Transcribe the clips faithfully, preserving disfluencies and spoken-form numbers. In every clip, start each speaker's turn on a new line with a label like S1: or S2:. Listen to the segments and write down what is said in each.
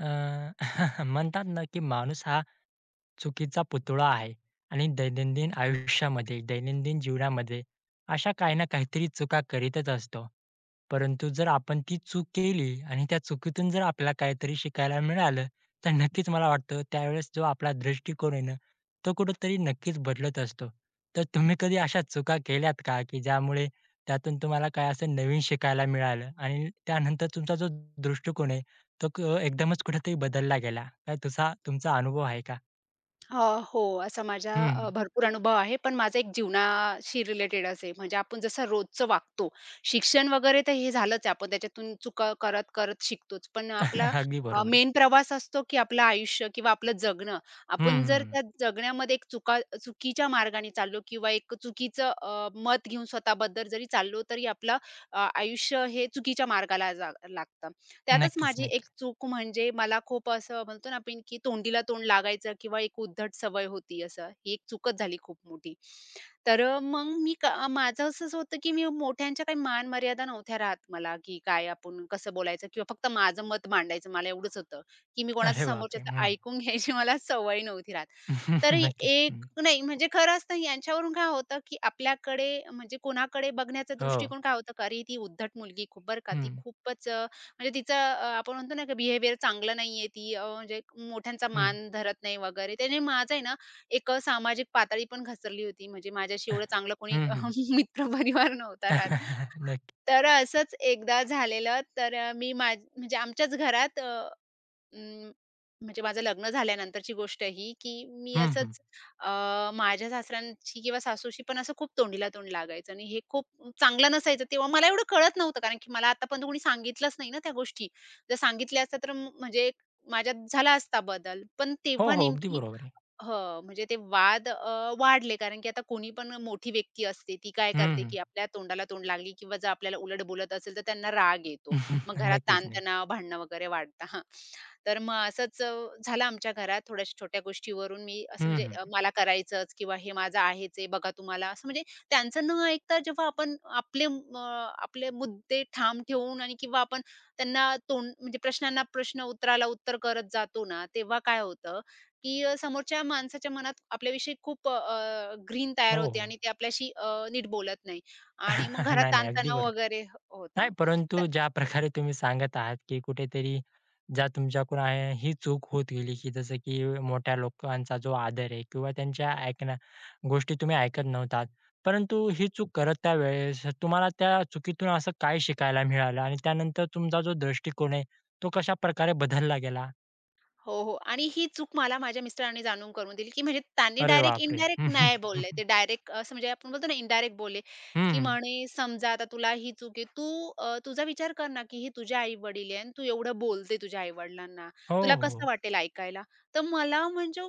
S1: अ, म्हणतात ना, की माणूस हा चुकीचा पुतळा आहे आणि दैनंदिन आयुष्यामध्ये, दैनंदिन जीवनामध्ये अशा काही ना काहीतरी चुका करीतच असतो. परंतु जर आपण ती चूक केली आणि त्या चुकीतून जर आपल्याला काहीतरी शिकायला मिळालं, तर नक्कीच मला वाटतं त्यावेळेस जो आपला दृष्टिकोन आहे ना, तो कुठेतरी नक्कीच बदलत असतो. तर तुम्ही कधी अशा चुका केल्यात का, की ज्यामुळे त्यातून तुम्हाला काय असं नवीन शिकायला मिळालं आणि त्यानंतर तुमचा जो दृष्टिकोन आहे तो क एकदमच कुठेतरी बदलला गेला. काय तुझा तुमचा अनुभव आहे का?
S2: अ, हो, असा माझा अ,
S1: हं.
S2: भरपूर अनुभव आहे, पण माझा एक जीवनाशी रिलेटेड असे म्हणजे आपण जसं रोजचं वागतो. शिक्षण वगैरे तर हे झालंच आहे. आपण त्याच्यातून चुका करत-करत शिकतोच. पण आपला
S1: अगदी बरोबर आहे.
S2: मेन प्रवास असतो, की आपलं आयुष्य किंवा आपलं जगणं.
S1: हं,
S2: आपण जर
S1: हं,
S2: त्या जगण्यामध्ये एक चुका चुकीच्या मार्गाने चाललो किंवा एक चुकीचं अ, मत घेऊन स्वतःबद्दल जरी चाललो, तरी आपलं अ, आयुष्य हे चुकीच्या मार्गाला जा लागतं. त्यातच
S1: नक्कीच,
S2: माझी
S1: नक्कीच.
S2: एक चूक म्हणजे मला खूप असं म्हणतो ना आपण की तोंडीला तोंड लागायचं किंवा एक उद्धट सवय होती असं. ही एक चूकच झाली खूप मोठी. तर अ, मग मी क माझं असंच होतं की मी मोठ्यांच्या काही मान मर्यादा नव्हत्या राहत मला की काय आपण कसं बोलायचं किंवा फक्त माझं मत मांडायचं मला एवढंच होतं, की मी कोणाचं
S1: अरे बापरे!
S2: समोरच्याचं
S1: हं.
S2: ऐकून घ्यायची मला सवय नव्हती राहत. तर
S1: नक्कीच.
S2: एक
S1: हं.
S2: नाही म्हणजे खरं असतं यांच्यावरून काय होतं की आपल्याकडे म्हणजे कोणाकडे बघण्याचा
S1: हो.
S2: दृष्टिकोन काय होतं, का "अरे, ती उद्धट मुलगी खूप बरं का, ती
S1: हं,
S2: खूपच म्हणजे तिचं अ, आपण म्हणतो ना, की बिहेवियर चांगलं नाहीये ती अ, म्हणजे मोठ्यांचा
S1: हं.
S2: मान धरत नाही वगैरे. त्याने माझं आहे ना, एक अ, सामाजिक पातळी पण घसरली होती. म्हणजे माझ्याशी एवढं चांगलं कोणी
S1: हं,
S2: अ,
S1: हं.
S2: मित्रपरिवार नव्हता राहत.
S1: नक्की.
S2: तर असंच एकदा झालेलं. तर अ, मी माझ म्हणजे आमच्याच घरात अ अं, म्हणजे माझं लग्न झाल्यानंतरची गोष्ट ही, की मी
S1: हं, हं.
S2: असंच अ, माझ्या सासऱ्यांची किंवा सासूशी पण असं खूप तोंडीला तोंड लागायचं आणि हे खूप चांगलं नसायचं. तेव्हा मला एवढं कळत नव्हतं कारण की मला आतापर्यंत कोणी सांगितलंच नाही ना त्या गोष्टी. जर सांगितल्या असत्या तर म- म्हणजे माझ्यात झाला असता बदल. पण
S1: हो,
S2: तेव्हा
S1: हो. अगदी
S2: नेमकी
S1: बरोबर आहे.
S2: हो, म्हणजे ते वाद अ, वाढले कारण की आता कोणी पण मोठी व्यक्ती असते, ती काय
S1: हं,
S2: करते
S1: हं.
S2: की आपल्या तोंडाला तोंड लागली किंवा जर आपल्याला उलट बोलत असेल तर त्यांना राग येतो. मग घरात
S1: नक्कीच, नक्कीच.
S2: ताणतणाव, भांडणं वगैरे वाढतं. हां. तर मग असंच अ, झालं आमच्या घरात थोड्याशा छोट्या गोष्टीवरून मी असं
S1: हं,
S2: म्हणजे
S1: हं.
S2: अ, मला करायचंच किंवा हे माझं आहेच आहे बघा तुम्हाला असं म्हणजे त्यांचं न ऐकता जेव्हा आपण आपले म, आपले मुद्दे ठाम ठेवून आणि किंवा आपण त्यांना तोंड म्हणजे प्रश्नांना प्रश्न उत्तराला उत्तर करत जातो ना तेव्हा काय होतं की अ, समोरच्या माणसाच्या मनात आपल्याविषयी खूप ग्रीन तयार
S1: हो,
S2: होते
S1: हो.
S2: आणि ते आपल्याशी अ, नीट बोलत नाही आणि मग घरात
S1: नाही, नाही. अगदी
S2: ताणतणाव
S1: बरोबर.
S2: वगैरे ह- होता
S1: नाही,
S2: तर
S1: परंतु ज्या प्रकारे तुम्ही सांगत आहात, की कुठेतरी ज्या तुमच्याकडून आहे ही चूक होत गेली, की जसं की मोठ्या लोकांचा जो आदर आहे किंवा त्यांच्या ऐकण्या गोष्टी तुम्ही ऐकत नव्हतात. परंतु ही चूक करत त्यावेळेस तुम्हाला त्या चुकीतून असं काय शिकायला मिळालं? आणि त्यानंतर तुमचा जो दृष्टिकोन आहे, तो कशाप्रकारे बदलला गेला?
S2: हो, हो. आणि ही चूक मला माझ्या मिस्टरांनी जाणून करून दिली, की म्हणजे त्यांनी
S1: अरे
S2: डायरेक्ट
S1: बापरे!
S2: इनडायरेक्ट
S1: हं, हं,
S2: नाही
S1: हं,
S2: बोलले. ते
S1: हं.
S2: डायरेक्ट असं म्हणजे आपण बोलतो ना इनडायरेक्ट बोलले, की
S1: हं,
S2: म्हणे समजा आता तुला ही चूक आहे. तू अ, तुझा विचार कर ना, की हे तुझे आई-वडील आहे आणि तू एवढं बोलते तुझ्या आई-वडिलांना.
S1: हो,
S2: तुला कसं
S1: हो.
S2: वाटेल ऐकायला? तर मला म्हणजे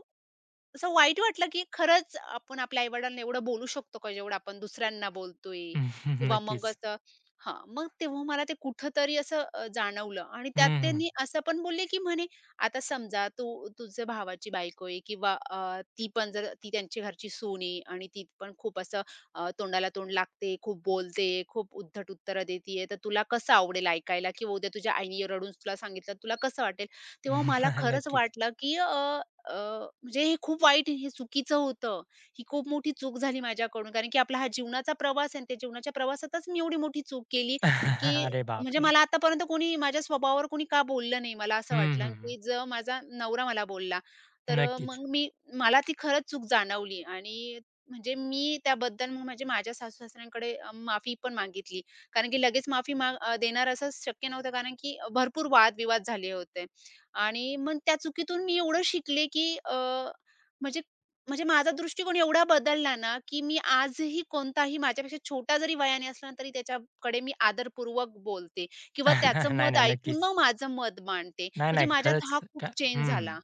S2: असं वाईट वाटलं, की खरंच आपण आपल्या आई-वडिलांना एवढं बोलू शकतो का, जेवढं आपण दुसऱ्यांना बोलतोय?
S1: हम्म,
S2: किंवा मग
S1: नक्कीच.
S2: असं हां, मग तेव्हा मला ते कुठेतरी असं अ, जाणवलं आणि त्यात
S1: हं, हं.
S2: त्यांनी असं पण बोलले, की म्हणे, "आता समजा तू तुझ्या भावाची बायको आहे किंवा अ, ती पण जर ती त्यांची घरची सून आहे आणि ती पण खूप असं अ, तोंडाला तोंड लागते, खूप बोलते, खूप उद्धट उत्तरं देतीये, तर तुला कसं आवडेल ऐकायला? किंवा उद्या तुझ्या आईने रडून तुला सांगितलं, तुला कसं वाटेल?" तेव्हा मला खरंच
S1: नक्कीच.
S2: वाटलं, की अ, अ, म्हणजे हे खूप वाईट हे चुकीचं होतं. ही खूप मोठी चूक झाली माझ्याकडून. कारण की आपला हा जीवनाचा प्रवास आहे आणि त्या जीवनाच्या प्रवासातच मी एवढी मोठी चूक केली, की
S1: अरे
S2: म्हणजे
S1: बापरे!
S2: मला आतापर्यंत कोणी माझ्या स्वभावावर कोणी का बोललं नाही. मला असं
S1: हं,
S2: वाटलं,
S1: हं.
S2: की जर माझा नवरा मला बोलला, तर
S1: नक्कीच.
S2: मग मी मला ती खरंच चूक जाणवली आणि म्हणजे मी त्याबद्दल मग म्हणजे माझ्या सासू-सासऱ्यांकडे अ, माफी पण मागितली. कारण की लगेच माफी माग अ, देणार असं शक्य नव्हतं कारण की भरपूर वाद झाले होते. आणि मग त्या चुकीतून मी एवढं शिकले, की अ, म्हणजे म्हणजे माझा दृष्टिकोन एवढा बदलला ना, की मी आजही कोणताही माझ्यापेक्षा छोटा जरी वयाने असला ना, तरी त्याच्याकडे मी आदरपूर्वक बोलते किंवा त्याचं
S1: नाही,
S2: मत
S1: नाही.
S2: ऐकून
S1: नक्कीच.
S2: मग माझं मत मांडते.
S1: नाही,
S2: म्हणजे
S1: नाही.
S2: माझ्यात
S1: खरंच
S2: हा
S1: का
S2: खूप चेंज
S1: हं.
S2: झाला.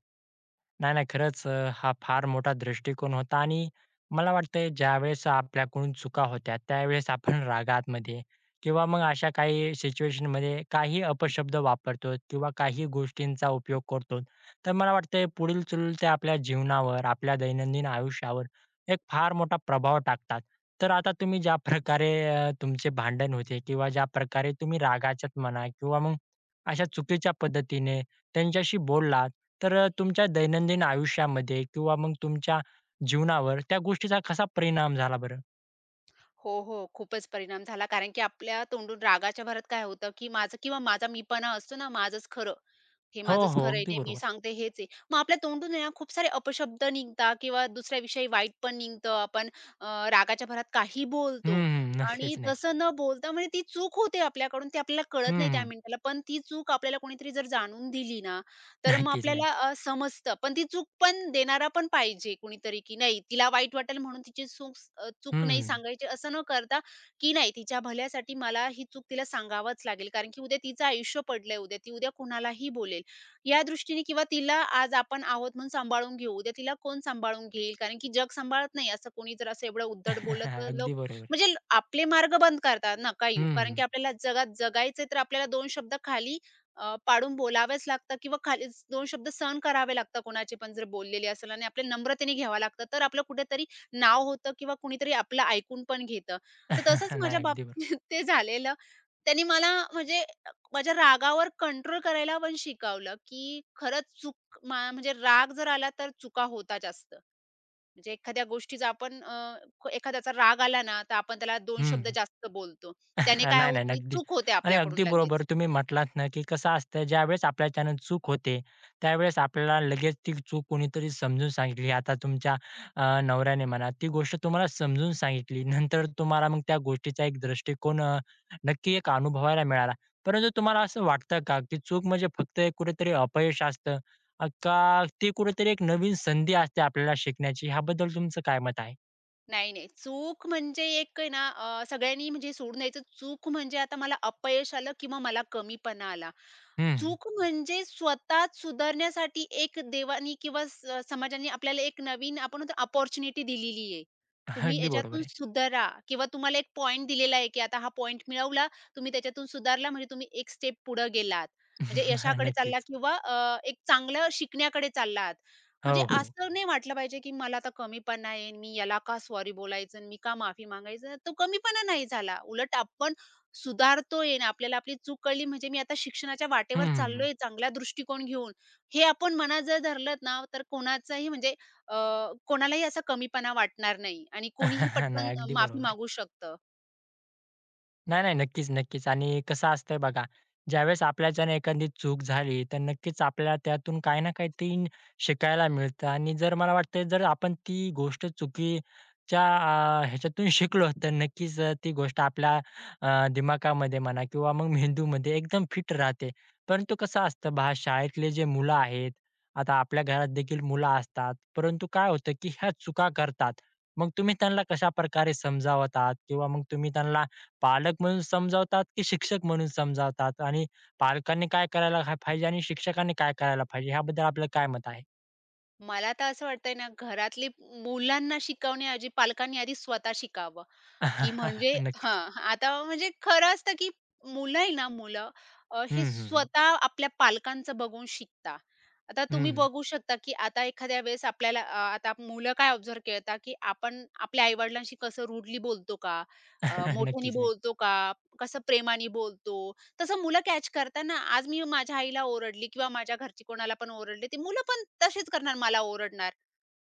S1: नाही, नाही. खरंच अ, हा फार मोठा दृष्टिकोन होता आणि मला वाटतंय ज्यावेळेस आपल्याकडून चुका होत्या, त्यावेळेस आपण रागातमध्ये किंवा मग अशा काही सिच्युएशनमध्ये काही अपशब्द वापरतो किंवा काही गोष्टींचा उपयोग करतो. तर मला वाटतंय पुढील चुलते आपल्या जीवनावर, आपल्या दैनंदिन आयुष्यावर एक फार मोठा प्रभाव टाकतात. तर आता तुम्ही ज्या प्रकारे अ, तुमचे भांडण होते किंवा ज्या प्रकारे तुम्ही रागाच्यात म्हणा किंवा मग अशा चुकीच्या पद्धतीने त्यांच्याशी बोललात, तर अ, तुमच्या दैनंदिन आयुष्यामध्ये किंवा मग तुमच्या जीवनावर त्या गोष्टीचा कसा परिणाम झाला बरं?
S2: हो, हो. खूपच परिणाम झाला. कारण की आपल्या तोंडून रागाच्या भरात काय होतं, की माझं किंवा माझा मीपणा असतो ना, माझंच खरं. हे
S1: हो,
S2: माझंच
S1: हो.
S2: खरं आहे,
S1: अगदी
S2: नेहमी
S1: बरोबर आहे.
S2: सांगते हेच आहे. मग आपल्या तोंडून आहे ना खूप सारे अपशब्द निघतात किंवा दुसऱ्याविषयी वाईट पण निघतं. आपण अ, रागाच्या भरात काही
S1: हं,
S2: बोलतो
S1: हं.
S2: आणि
S1: नक्कीच, नक्कीच.
S2: तसं न बोलता म्हणजे ती चूक होते आपल्याकडून ते आपल्याला
S1: हं,
S2: कळत नाही त्या
S1: हं.
S2: मिनिटाला. पण ती चूक आपल्याला कोणीतरी जर जाणून दिली ना, तर मग
S1: नक्कीच,
S2: आपल्याला
S1: नक्कीच.
S2: अ, समजतं. पण ती चूक पण देणारा पण पाहिजे कुणीतरी, की नाही तिला वाईट वाटेल म्हणून तिची चूक अ, चूक नाही
S1: हं,
S2: सांगायची असं न करता, की नाही तिच्या भल्यासाठी मला ही चूक तिला सांगावंच लागेल. कारण की उद्या तिचं आयुष्य पडलंय उद्या. ती उद्या कुणालाही बोलेल. या दृष्टीने किंवा तिला आज आपण आहोत म्हणून सांभाळून घेऊ, उद्या तिला कोण सांभाळून घेईल? कारण की जग सांभाळत नाही. असं कोणी जर असं एवढं उद्धट बोललं तर लोक
S1: अगदी बरोबर आहे.
S2: म्हणजे ल- आपले मार्ग बंद करतात, नका येऊ. कारण की
S1: हं,
S2: आपल्याला जगात जगायचंय तर आपल्याला दोन शब्द खाली अ, पाडून बोलावेच लागतात किंवा खालीच दोन शब्द सहन करावे लागतात कोणाचे पण जर बोललेले असेल आणि आपल्या नम्रतेने घ्यावं लागतं. तर आपलं कुठेतरी नाव होतं किंवा कुणीतरी आपलं ऐकून पण घेतं.
S1: हं.
S2: तर तसंच माझ्या
S1: नाही, अगदी
S2: बाबतीत
S1: बरोबर.
S2: ते झालेलं. त्यांनी मला म्हणजे माझ्या रागावर कंट्रोल करायला पण शिकवलं, की खरंच चूक मा म्हणजे राग जर आला तर चुका होतात जास्त. म्हणजे एखाद्या गोष्टीचा आपण अ, ख- एखाद्याचा राग आला ना, तर आपण त्याला दोन शब्द
S1: हं.
S2: जास्त बोलतो. त्याने
S1: हां,
S2: काय
S1: नाही, नाही.
S2: होती
S1: अगदी
S2: चूक होते
S1: आणि
S2: आपल्याकडून
S1: अगदी
S2: लगेच.
S1: बरोबर तुम्ही म्हटलात ना, की कसं असतं ज्यावेळेस आपल्याच्यानं चूक होते, त्यावेळेस आपल्याला लगेच ती चूक कोणीतरी समजून सांगितली. आता तुमच्या अ, नवऱ्याने म्हणा, ती गोष्ट तुम्हाला समजून सांगितली. नंतर तुम्हाला मग त्या गोष्टीचा एक दृष्टिकोन अ, नक्की एक अनुभवायला मिळाला. परंतु तुम्हाला असं वाटतं का, की चूक म्हणजे फक्त एक कुठेतरी अपयश असतं अ, का ती कुठेतरी एक नवीन संधी असते आपल्याला शिकण्याची? ह्याबद्दल तुमचं काय मत आहे?
S2: नाही, नाही. चूक म्हणजे एक आहे ना अ, सगळ्यांनी म्हणजे सोडून द्यायचं. चूक म्हणजे आता मला अपयश आलं किंवा मला कमीपणा आला.
S1: हं,
S2: चूक म्हणजे स्वतः सुधारण्यासाठी एक देवानी किंवा स समाजाने आपल्याला एक नवीन आपण म्हणतो अपॉर्च्युनिटी दिलेली आहे. तुम्ही
S1: अगदी बरोबर
S2: याच्यातून
S1: आहे.
S2: सुधारा किंवा तुम्हाला एक पॉइंट दिलेला आहे, की आता हा पॉइंट मिळवला, तुम्ही त्याच्यातून सुधारला म्हणजे तुम्ही एक स्टेप पुढे गेलात. म्हणजे यशाकडे चालला
S1: नक्कीच.
S2: किंवा अ, एक चांगलं शिकण्याकडे चाललात. म्हणजे
S1: हो, हो.
S2: असं नाही वाटलं पाहिजे, की मला आता कमीपणा येईल, मी याला का सॉरी बोलायचं आणि मी का माफी मागायचं? तो कमीपणा नाही झाला. उलट आपण सुधारतोय आणि आपल्याला आपली चूक कळली म्हणजे मी आता शिक्षणाच्या
S1: हं,
S2: वाटेवर
S1: हं,
S2: चाललोय चांगला दृष्टिकोन घेऊन. हे आपण मनात जर धरलं ना, तर कोणाचाही म्हणजे अ, कोणालाही असा कमीपणा वाटणार नाही आणि
S1: हं.
S2: कोणीही पटकन
S1: नाही, अगदी
S2: माफी
S1: बरोबर.
S2: मागू शकतं.
S1: नाही, नाही. नक्कीच, नक्कीच. आणि कसं असतंय बघा, ज्यावेळेस आपल्याच्याने एखादी चूक झाली, तर नक्कीच आपल्याला त्यातून काही ना काहीतरी शिकायला मिळतं आणि जर मला वाटतंय, जर आपण ती गोष्ट चुकीच्या अ, ह्याच्यातून शिकलो, तर नक्कीच अ, ती गोष्ट आपल्या अ, दिमागामध्ये म्हणा किंवा मग मेंदूमध्ये एकदम फिट राहते. परंतु कसं असतं पहा, शाळेतले जे मुलं आहेत, आता आपल्या घरात देखील मुलं असतात, परंतु काय होतं, की ह्या चुका करतात. मग तुम्ही त्यांना कशाप्रकारे समजावतात किंवा मग तुम्ही त्यांना पालक म्हणून समजावतात, की शिक्षक म्हणून समजावतात? आणि पालकांनी काय करायला हा पाहिजे आणि शिक्षकांनी काय करायला पाहिजे? ह्याबद्दल आपलं काय मत आहे?
S2: मला तर असं वाटतंय ना, घरातली मुलांना शिकवण्याऐवजी पालकांनी आधी स्वतः शिकावं. की म्हणजे
S1: नक्कीच.
S2: हां, आता म्हणजे खरं असतं की मुलं आहे ना मुलं अ, हे
S1: हं, हं, हं.
S2: स्वतः आपल्या पालकांचं बघून शिकता. आता तुम्ही
S1: हं.
S2: बघू शकता की आता एखाद्या वेळेस आपल्याला अ, आता मुलं काय ऑब्झर्व्ह करतात की आपण आपल्या आई-वडिलांशी कसं रूडली बोलतो का? अ, मोठ्याने
S1: नक्कीच नाही.
S2: बोलतो का? कसं प्रेमाने बोलतो? तसं मुलं कॅच करतात ना. आज मी माझ्या आईला ओरडली किंवा माझ्या घरची कोणाला पण ओरडली, ती मुलं पण तशीच करणार, मला ओरडणार.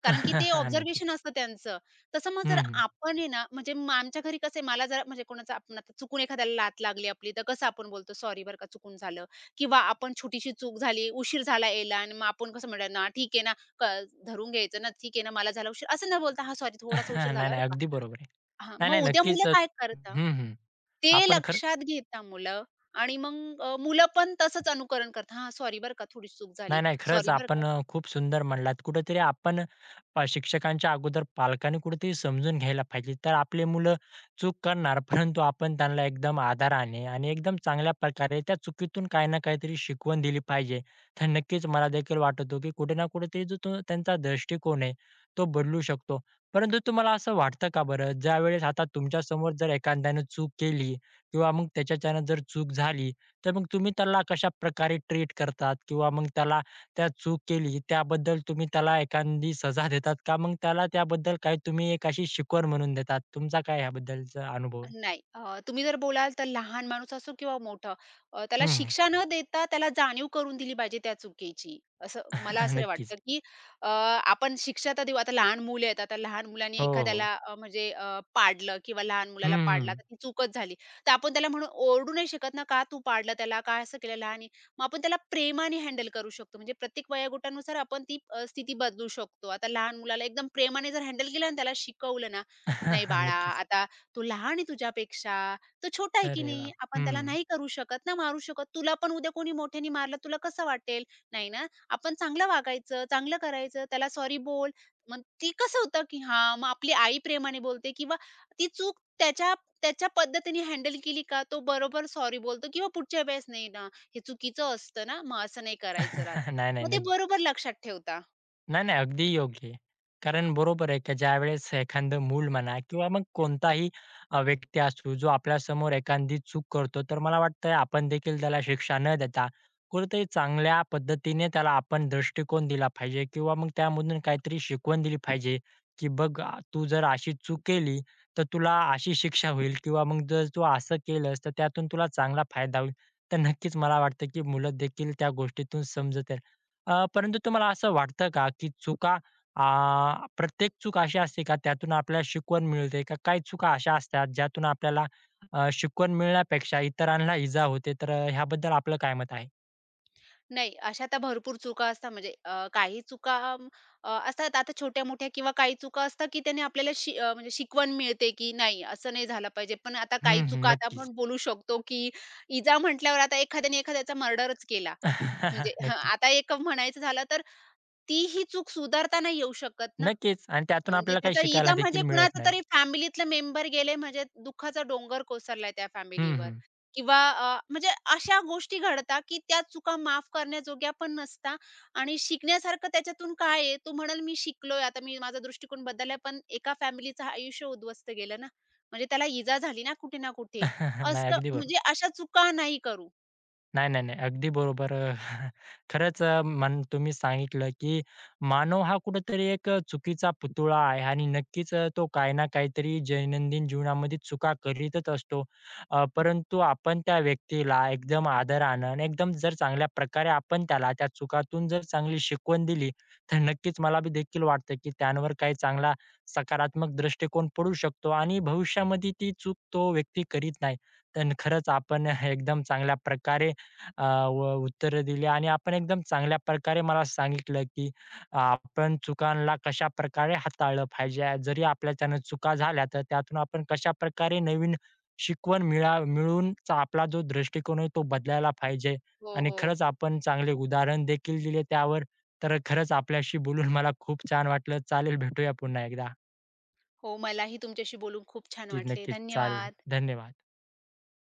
S2: कारण की ते
S1: नक्कीच.
S2: ऑब्झर्वेशन असतं त्यांचं. तसं मग जर
S1: हं, हं.
S2: आपण आहे ना, म्हणजे मग आमच्या घरी कसं आहे, मला जरा म्हणजे कोणाचा आपण आता चुकून एखाद्याला लात लागली आपली, तर कसं आपण बोलतो, "सॉरी बरं का, चुकून झालं." किंवा आपण छोटीशी चूक झाली, उशीर झाला यायला आणि मग आपण कसं म्हणणार ना, "ठीक आहे ना, क धरून घ्यायचं ना, ठीक आहे ना, मला झाला उशीर." असं न बोलता, "हां, सॉरी, थोडासा उशीर
S1: नाही,
S2: झाला बरं
S1: नाही.
S2: का."
S1: अगदी बरोबर आहे.
S2: हां,
S1: नाही, नाही.
S2: मग उद्या मुलं
S1: नक्कीच.
S2: काय करता?
S1: हं, हं.
S2: ते
S1: आपण खरंच
S2: लक्षात घेता मुलं आणि मग अ, मुलं पण तसंच अनुकरण करतात. "हां, सॉरी बरं का, थोडीशी चूक झाली.
S1: नाही, नाही. खरंच
S2: सॉरी बरं का."
S1: आपण अ, खूप सुंदर म्हणलात. कुठेतरी आपण अ, शिक्षकांच्या अगोदर पालकांनी कुठेतरी समजून घ्यायला पाहिजे. तर आपली मुलं चूक करणार, परंतु आपण त्यांना एकदम आदराने आणि एकदम चांगल्या प्रकारे त्या चुकीतून काही ना काहीतरी शिकवण दिली पाहिजे. तर नक्कीच मला देखील वाटतो, की कुठे ना कुठेतरी जो तो त्यांचा दृष्टिकोन आहे, तो बदलू शकतो. परंतु तुम्हाला असं वाटतं का बरं, ज्यावेळेस आता तुमच्यासमोर जर एखाद्याने चूक केली किंवा मग त्याच्याच्यानं जर चूक झाली, तर मग तुम्ही त्याला कशाप्रकारे ट्रीट करतात किंवा मग त्याला त्या चूक केली त्याबद्दल तुम्ही त्याला एखादी सजा देतात का? मग त्याला त्याबद्दल काही तुम्ही एक अशी शिकवण म्हणून देतात? तुमचा काय ह्याबद्दलचा अनुभव आहे?
S2: नाही. अ, तुम्ही जर बोलाल तर लहान माणूस असो किंवा मोठा अ, त्याला
S1: हं,
S2: शिक्षा न देता त्याला जाणीव करून दिली पाहिजे त्या चुकीची. असं मला असं
S1: नक्कीच.
S2: वाटतं, की अ, आपण शिक्षा तर देऊ. आता लहान मुले आहेत. आता लहान मुलांनी
S1: हो, हो.
S2: एखाद्याला अ, म्हणजे अ, पाडलं किंवा लहान मुलाला
S1: हं,
S2: पाडला तर ती चूकच झाली. तर आपण त्याला म्हणून ओरडू नाही शकत ना, का तू पाडलं त्याला? का असं केलं लहानी? मग आपण त्याला प्रेमाने हँडल करू शकतो. म्हणजे प्रत्येक वयोगटानुसार आपण ती अ, स्थिती बदलू शकतो. आता लहान मुलाला एकदम प्रेमाने जर हँडल केलं आणि त्याला शिकवलं ना, "नाही बाळा,
S1: नक्कीच.
S2: आता तो लहान आहे तुझ्यापेक्षा, तो छोटा आहे की
S1: अरे
S2: नाही,
S1: बाप!
S2: आपण
S1: हं.
S2: त्याला नाही करू शकत ना, मारू शकत. तुला पण उद्या कोणी मोठ्याने मारलं तुला कसं वाटेल? नाही ना, आपण चांगलं वागायचं, चांगलं करायचं, त्याला सॉरी बोल. मग ती कसं होतं, की हां, मग आपली आई प्रेमाने बोलते किंवा ती चूक त्याच्या त्याच्या पद्धतीने हँडल केली का, तो बरोबर सॉरी बोलतो किंवा पुढच्या वेळेस नाही ना, हे चुकीचं असतं ना, मग असं नाही करायचं राहत.
S1: नाही, नाही.
S2: मग ते
S1: नक्की.
S2: बरोबर लक्षात ठेवता.
S1: नाही, नाही. अगदी योग्य आहे. कारण बरोबर आहे की ज्यावेळेस एखादं मूल म्हणा किंवा मग कोणताही अ, व्यक्ती असू जो आपल्यासमोर एखादी चूक करतो, तर मला वाटतंय आपण देखील त्याला शिक्षा न देता कुठेतरी चांगल्या पद्धतीने त्याला आपण दृष्टिकोन दिला पाहिजे किंवा मग त्यामधून काहीतरी शिकवण दिली पाहिजे, की "बघ आ, तू जर अशी चूक केली, तर तुला अशी शिक्षा होईल किंवा मग जर तू असं केलंस, तर त्यातून तुला चांगला फायदा होईल." तर नक्कीच मला वाटतं की मुलं देखील त्या गोष्टीतून समजत अ, परंतु तुम्हाला असं वाटतं का, की चुका अ, प्रत्येक चूक अशी असते का त्यातून आपल्याला शिकवण मिळते? का काही चुका अशा असतात ज्यातून आपल्याला अ, शिकवण मिळण्यापेक्षा इतरांना इजा होते? तर अ, ह्याबद्दल आपलं काय मत आहे?
S2: नाही, अशा तर भरपूर चुका असतात म्हणजे अ, काही चुका अं, अ, असतात आता छोट्या-मोठ्या किंवा काही चुका असतात, की त्याने आपल्याला शि अ, म्हणजे शिकवण मिळते, की नाही असं नाही झालं पाहिजे. पण आता काही
S1: हं, हं.
S2: चुका आता
S1: नक्कीच.
S2: आपण बोलू शकतो, की इजा म्हटल्यावर आता एखाद्याने एखाद्याचा मर्डरच केला. म्हणजे हं,
S1: नक्कीच.
S2: आता एक म्हणायचं झालं तर ती ही चूक सुधारता नाही येऊ शकत ना.
S1: नक्कीच आणि त्यातून
S2: म्हणजे
S1: आपल्याला काही
S2: त्याचा इजा
S1: शिकायला
S2: म्हणजे
S1: देखील मिळत
S2: कुणाचा
S1: नाही.
S2: तरी फॅमिलीतला मेंबर गेले म्हणजे दुःखाचा डोंगर कोसरलाय त्या
S1: हं,
S2: फॅमिलीवर
S1: हं.
S2: किंवा अ, म्हणजे अशा गोष्टी घडतात, की त्या चुका माफ करण्याजोग्या पण नसतात आणि शिकण्यासारखं त्याच्यातून काय आहे? तो म्हणेल, "मी शिकलोय, आता मी माझा दृष्टिकोन बदललाय." पण एका फॅमिलीचं आयुष्य उद्ध्वस्त गेलं ना, म्हणजे त्याला इजा झाली ना कुठे ना कुठे.
S1: नाही,
S2: असं
S1: अगदी बरोबर.
S2: म्हणजे अशा चुका नाही करू.
S1: नाही, नाही, नाही. अगदी बरोबर. अ, खरंच अ, म्हण तुम्ही सांगितलं, की मानव हा कुठेतरी एक अ, चुकीचा पुतळा आहे आणि नक्कीच अ, तो काही ना काहीतरी दैनंदिन जीवनामध्ये चुका करीतच असतो. अ, परंतु आपण त्या व्यक्तीला एकदम आदरानं आणि एकदम जर चांगल्या प्रकारे आपण त्याला त्या चुकातून जर चांगली शिकवण दिली, तर नक्कीच मला बी देखील वाटतं, की त्यांवर काही चांगला सकारात्मक दृष्टिकोन पडू शकतो आणि भविष्यामध्ये ती चूक तो व्यक्ती करीत नाही. तर खरंच आपण एकदम चांगल्या प्रकारे अ, व उत्तरं दिली आणि आपण एकदम चांगल्या प्रकारे मला सांगितलं, की आपण चुकांना कशाप्रकारे हाताळलं पाहिजे. जरी आपल्याच्यानं चुका झाल्या, तर त्यातून आपण कशाप्रकारे नवीन शिकवण मिळा मिळवूनचा आपला जो दृष्टिकोन आहे, तो बदलायला पाहिजे.
S2: हो,
S1: आणि
S2: हो.
S1: खरंच आपण चांगले उदाहरण देखील दिले त्यावर. तर खरंच आपल्याशी बोलून मला खूप छान वाटलं. चालेल, भेटूया पुन्हा एकदा.
S2: हो, मलाही तुमच्याशी बोलून खूप छान
S1: नक्कीच,
S2: वाटले.
S1: नक्कीच. चालेल.
S2: धन्यवाद.
S1: धन्यवाद.